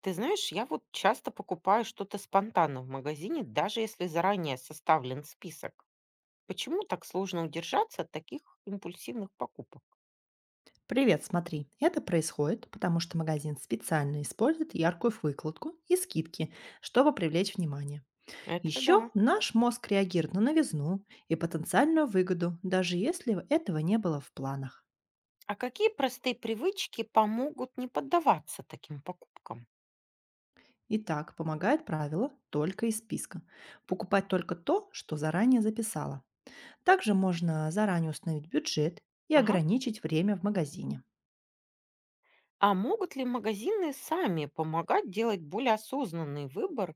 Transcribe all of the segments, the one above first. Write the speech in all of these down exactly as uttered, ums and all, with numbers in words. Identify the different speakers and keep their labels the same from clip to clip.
Speaker 1: Ты знаешь, я вот часто покупаю что-то спонтанно в магазине, даже если заранее составлен список. Почему так сложно удержаться от таких импульсивных покупок?
Speaker 2: Привет, смотри. Это происходит, потому что магазин специально использует яркую выкладку и скидки, чтобы привлечь внимание.
Speaker 1: Это
Speaker 2: Еще
Speaker 1: да.
Speaker 2: наш мозг реагирует на новизну и потенциальную выгоду, даже если этого не было в планах.
Speaker 1: А какие простые привычки помогут не поддаваться таким покупкам?
Speaker 2: Итак, помогает правило только из списка. Покупать только то, что заранее записала. Также можно заранее установить бюджет и
Speaker 1: Ага.
Speaker 2: ограничить время в магазине.
Speaker 1: А могут ли магазины сами помогать делать более осознанный выбор,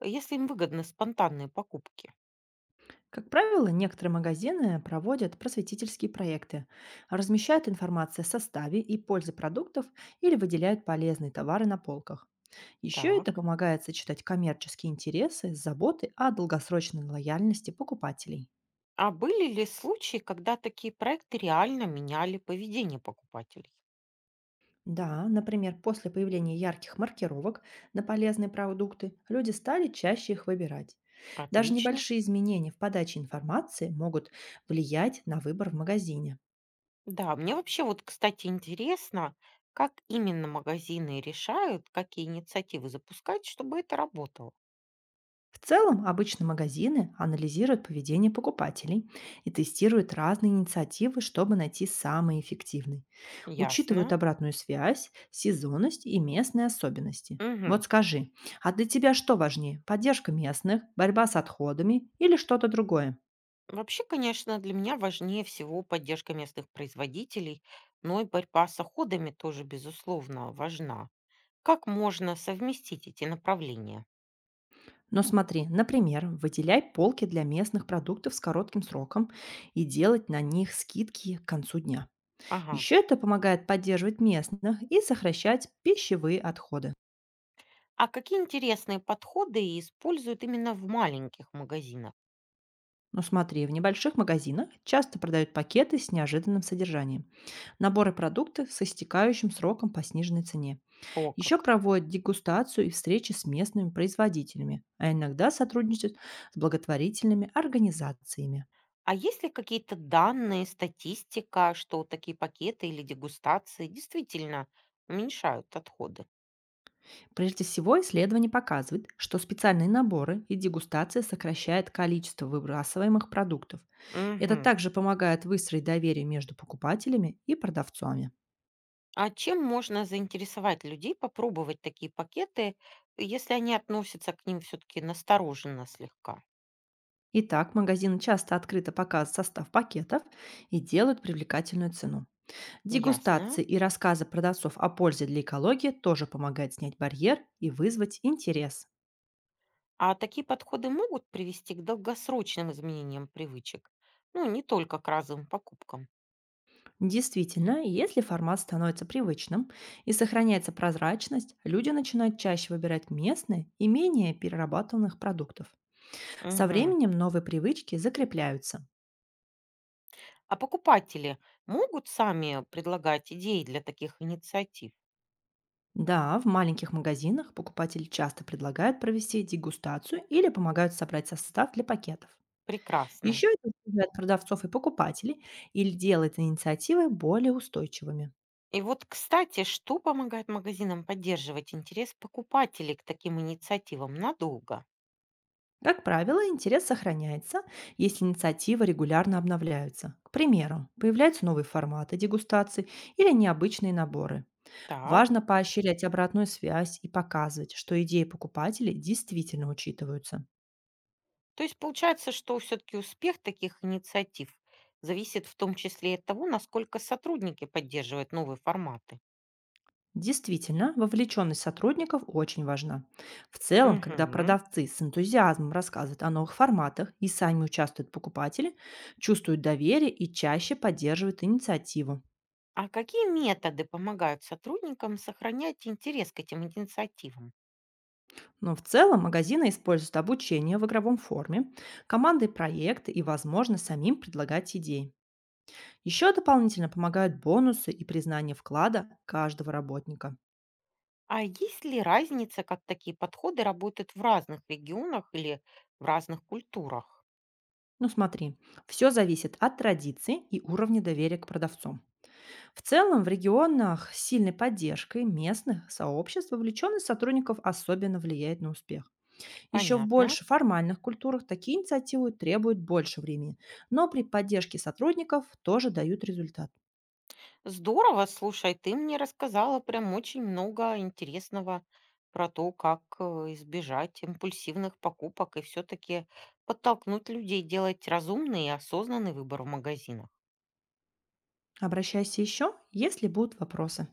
Speaker 1: э, если им выгодны спонтанные покупки?
Speaker 2: Как правило, некоторые магазины проводят просветительские проекты, размещают информацию о составе и пользе продуктов или выделяют полезные товары на полках. Еще это
Speaker 1: Так.
Speaker 2: помогает сочетать коммерческие интересы с заботой о долгосрочной лояльности покупателей.
Speaker 1: А были ли случаи, когда такие проекты реально меняли поведение покупателей?
Speaker 2: Да, например, после появления ярких маркировок на полезные продукты люди стали чаще их выбирать. Даже
Speaker 1: Отлично.
Speaker 2: небольшие изменения в подаче информации могут влиять на выбор в магазине.
Speaker 1: Да, мне вообще вот, кстати, интересно, как именно магазины решают, какие инициативы запускать, чтобы это работало.
Speaker 2: В целом, обычно магазины анализируют поведение покупателей и тестируют разные инициативы, чтобы найти самые эффективные.
Speaker 1: Ясно.
Speaker 2: Учитывают обратную связь, сезонность и местные особенности.
Speaker 1: Мгм.
Speaker 2: Вот скажи, а для тебя что важнее? Поддержка местных, борьба с отходами или что-то другое?
Speaker 1: Вообще, конечно, для меня важнее всего поддержка местных производителей, но и борьба с отходами тоже, безусловно, важна. Как можно совместить эти направления?
Speaker 2: Но смотри, например, выделяй полки для местных продуктов с коротким сроком и делать на них скидки к концу дня.
Speaker 1: Ага.
Speaker 2: Еще это помогает поддерживать местных и сокращать пищевые отходы.
Speaker 1: А какие интересные подходы используют именно в маленьких магазинах?
Speaker 2: Но смотри, в небольших магазинах часто продают пакеты с неожиданным содержанием, наборы продуктов с истекающим сроком по сниженной цене.
Speaker 1: О,
Speaker 2: Еще
Speaker 1: как.
Speaker 2: проводят дегустацию и встречи с местными производителями, а иногда сотрудничают с благотворительными организациями.
Speaker 1: А есть ли какие-то данные, статистика, что вот такие пакеты или дегустации действительно уменьшают отходы?
Speaker 2: Прежде всего, исследование показывает, что специальные наборы и дегустация сокращает количество выбрасываемых продуктов. Это
Speaker 1: Мгм.
Speaker 2: также помогает выстроить доверие между покупателями и продавцами.
Speaker 1: А чем можно заинтересовать людей попробовать такие пакеты, если они относятся к ним все-таки настороженно слегка?
Speaker 2: Итак, магазины часто открыто показывают состав пакетов и делают привлекательную цену.
Speaker 1: Ясно.
Speaker 2: Дегустации и рассказы продавцов о пользе для экологии тоже помогают снять барьер и вызвать интерес.
Speaker 1: А такие подходы могут привести к долгосрочным изменениям привычек, ну, не только к разовым покупкам.
Speaker 2: Действительно, если формат становится привычным и сохраняется прозрачность, люди начинают чаще выбирать местные и менее перерабатыванных продуктов. Со
Speaker 1: Мгм.
Speaker 2: временем новые привычки закрепляются.
Speaker 1: А покупатели могут сами предлагать идеи для таких инициатив?
Speaker 2: Да, в маленьких магазинах покупатели часто предлагают провести дегустацию или помогают собрать состав для пакетов.
Speaker 1: Прекрасно.
Speaker 2: Еще это сближает продавцов и покупателей или делает инициативы более устойчивыми.
Speaker 1: И вот, кстати, что помогает магазинам поддерживать интерес покупателей к таким инициативам надолго?
Speaker 2: Как правило, интерес сохраняется, если инициативы регулярно обновляются. К примеру, появляются новые форматы дегустаций или необычные наборы.
Speaker 1: Так.
Speaker 2: Важно поощрять обратную связь и показывать, что идеи покупателей действительно учитываются.
Speaker 1: То есть получается, что все-таки успех таких инициатив зависит в том числе и от того, насколько сотрудники поддерживают новые форматы.
Speaker 2: Действительно, вовлеченность сотрудников очень важна. В целом, когда
Speaker 1: Мгм.
Speaker 2: продавцы с энтузиазмом рассказывают о новых форматах и сами участвуют покупатели, чувствуют доверие и чаще поддерживают инициативу.
Speaker 1: А какие методы помогают сотрудникам сохранять интерес к этим инициативам?
Speaker 2: Но в целом магазины используют обучение в игровом форме, команды проекты и, возможно, самим предлагать идеи. Еще дополнительно помогают бонусы и признание вклада каждого работника.
Speaker 1: А есть ли разница, как такие подходы работают в разных регионах или в разных культурах?
Speaker 2: Ну смотри, все зависит от традиций и уровня доверия к продавцу. В целом, в регионах с сильной поддержкой местных сообществ вовлеченность сотрудников особенно влияет на успех. Еще в
Speaker 1: Понятно.
Speaker 2: больше формальных культурах такие инициативы требуют больше времени, но при поддержке сотрудников тоже дают результат.
Speaker 1: Здорово, слушай, ты мне рассказала прям очень много интересного про то, как э, избежать импульсивных покупок и все-таки подтолкнуть людей делать разумный и осознанный выбор в магазинах.
Speaker 2: Обращайся еще, если будут вопросы.